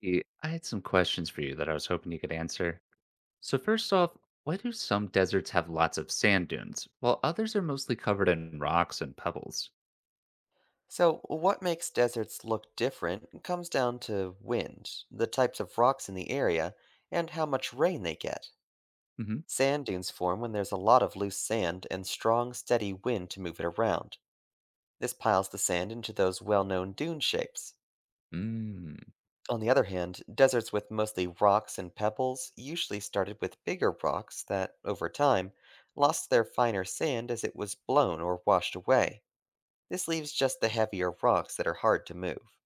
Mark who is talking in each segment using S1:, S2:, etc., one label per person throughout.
S1: Hey, I had some questions for you that I was hoping you could answer. So, first off, why do some deserts have lots of sand dunes while others are mostly covered in rocks and pebbles?
S2: So, what makes deserts look different comes down to wind, the types of rocks in the area, and how much rain they get.
S1: hmm
S2: Sand dunes form when there's a lot of loose sand and strong, steady wind to move it around. This piles the sand into those well known dune shapes.
S1: Mm.
S2: On the other hand, deserts with mostly rocks and pebbles usually started with bigger rocks that, over time, lost their finer sand as it was blown or washed away. This leaves just the heavier rocks that are hard to move.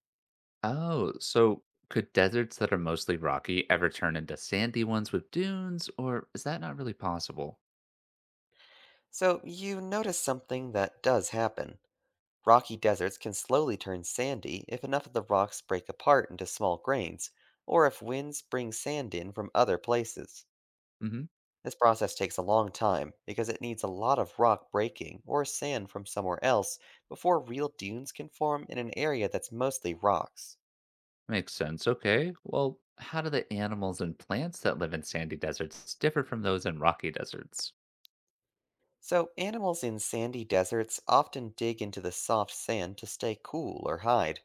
S1: Oh, so could deserts that are mostly rocky ever turn into sandy ones with dunes, or is that not really possible?
S2: So, you notice something that does happen. Rocky deserts can slowly turn sandy if enough of the rocks break apart into small grains, or if winds bring sand in from other places.
S1: hmm
S2: This process takes a long time because it needs a lot of rock breaking or sand from somewhere else before real dunes can form in an area that's mostly rocks.
S1: Makes sense. Okay. Well, how do the animals and plants that live in sandy deserts differ from those in rocky deserts?
S2: So, animals in sandy deserts often dig into the soft sand to stay cool or hide,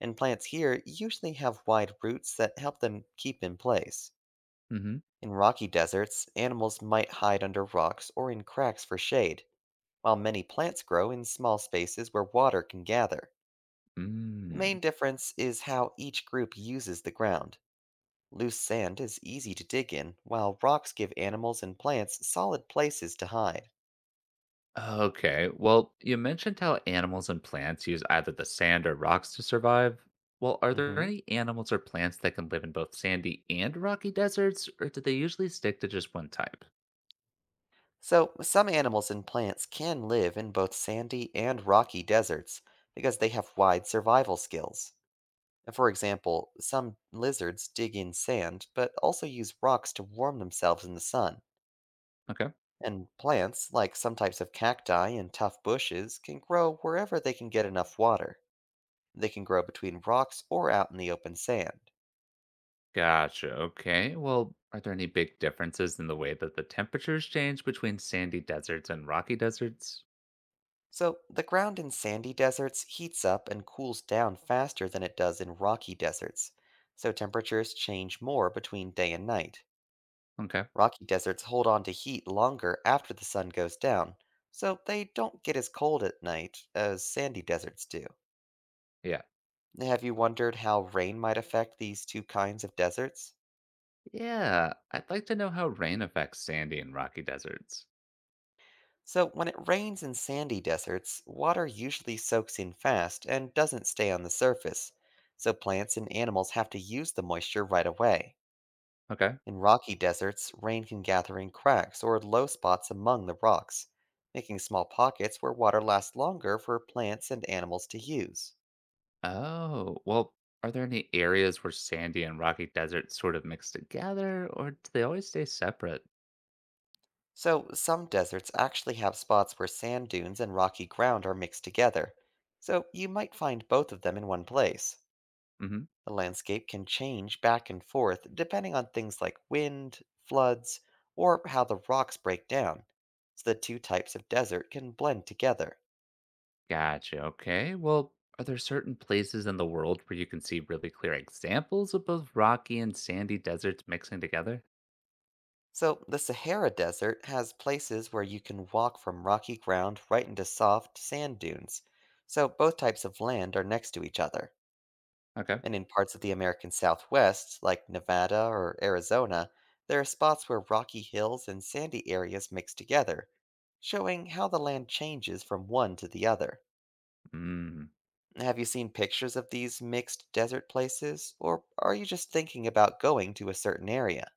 S2: and plants here usually have wide roots that help them keep in place.
S1: hmm
S2: In rocky deserts, animals might hide under rocks or in cracks for shade, while many plants grow in small spaces where water can gather. The
S1: Mm.
S2: main difference is how each group uses the ground. Loose sand is easy to dig in, while rocks give animals and plants solid places to hide.
S1: Okay. Well, you mentioned how animals and plants use either the sand or rocks to survive. Well, are there
S2: Hmm.
S1: any animals or plants that can live in both sandy and rocky deserts, or do they usually stick to just one type?
S2: So, some animals and plants can live in both sandy and rocky deserts because they have wide survival skills. For example, some lizards dig in sand but also use rocks to warm themselves in the sun.
S1: Okay.
S2: And plants, like some types of cacti and tough bushes, can grow wherever they can get enough water. They can grow between rocks or out in the open sand.
S1: Gotcha. Okay. Well, are there any big differences in the way that the temperatures change between sandy deserts and rocky deserts?
S2: So, the ground in sandy deserts heats up and cools down faster than it does in rocky deserts, so temperatures change more between day and night.
S1: Okay.
S2: Rocky deserts hold on to heat longer after the sun goes down, so they don't get as cold at night as sandy deserts do.
S1: Yeah.
S2: Have you wondered how rain might affect these two kinds of deserts?
S1: Yeah, I'd like to know how rain affects sandy and rocky deserts.
S2: So, when it rains in sandy deserts, water usually soaks in fast and doesn't stay on the surface, so plants and animals have to use the moisture right away.
S1: Okay.
S2: In rocky deserts, rain can gather in cracks or low spots among the rocks, making small pockets where water lasts longer for plants and animals to use.
S1: Oh, well, are there any areas where sandy and rocky deserts sort of mix together, or do they always stay separate?
S2: So, some deserts actually have spots where sand dunes and rocky ground are mixed together, so you might find both of them in one place.
S1: hmm
S2: The landscape can change back and forth depending on things like wind, floods, or how the rocks break down, so the two types of desert can blend together.
S1: Gotcha. Okay. Well, are there certain places in the world where you can see really clear examples of both rocky and sandy deserts mixing together?
S2: So, the Sahara Desert has places where you can walk from rocky ground right into soft sand dunes. So, both types of land are next to each other.
S1: Okay.
S2: And in parts of the American Southwest, like Nevada or Arizona, there are spots where rocky hills and sandy areas mix together, showing how the land changes from one to the other.
S1: Mm.
S2: Have you seen pictures of these mixed desert places, or are you just thinking about going to a certain area?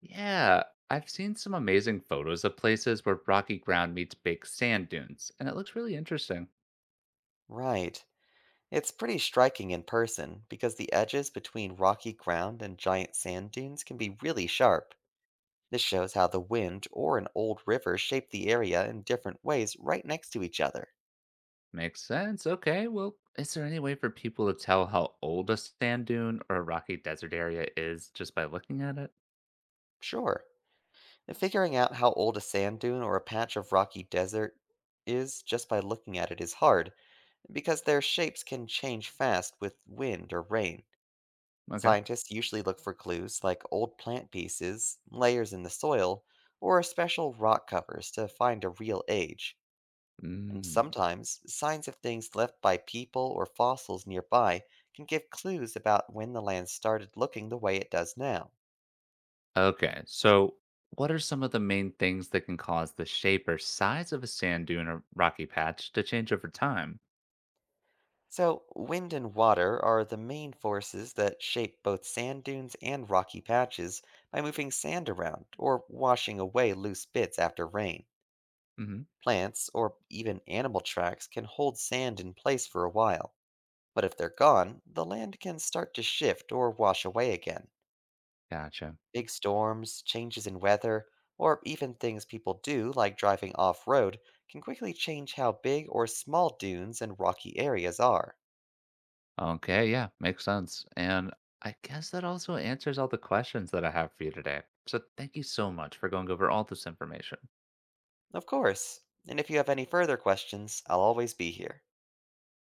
S1: Yeah, I've seen some amazing photos of places where rocky ground meets big sand dunes, and it looks really interesting.
S2: Right. It's pretty striking in person because the edges between rocky ground and giant sand dunes can be really sharp. This shows how the wind or an old river shaped the area in different ways right next to each other.
S1: Makes sense. Okay. Well, is there any way for people to tell how old a sand dune or a rocky desert area is just by looking at it?
S2: Sure, and figuring out how old a sand dune or a patch of rocky desert is just by looking at it is hard because their shapes can change fast with wind or rain.
S1: Okay.
S2: Scientists usually look for clues like old plant pieces, layers in the soil, or special rock covers to find a real age. And
S1: Mm.
S2: sometimes, signs of things left by people or fossils nearby can give clues about when the land started looking the way it does now.
S1: Okay. So, what are some of the main things that can cause the shape or size of a sand dune or rocky patch to change over time?
S2: So, wind and water are the main forces that shape both sand dunes and rocky patches by moving sand around or washing away loose bits after rain.
S1: hmm
S2: Plants, or even animal tracks, can hold sand in place for a while, but if they're gone, the land can start to shift or wash away again.
S1: Gotcha.
S2: Big storms, changes in weather, or even things people do like driving off road can quickly change how big or small dunes and rocky areas are.
S1: Okay. Yeah. Makes sense. And I guess that also answers all the questions that I have for you today. So, thank you so much for going over all this information.
S2: Of course, and if you have any further questions, I'll always be here.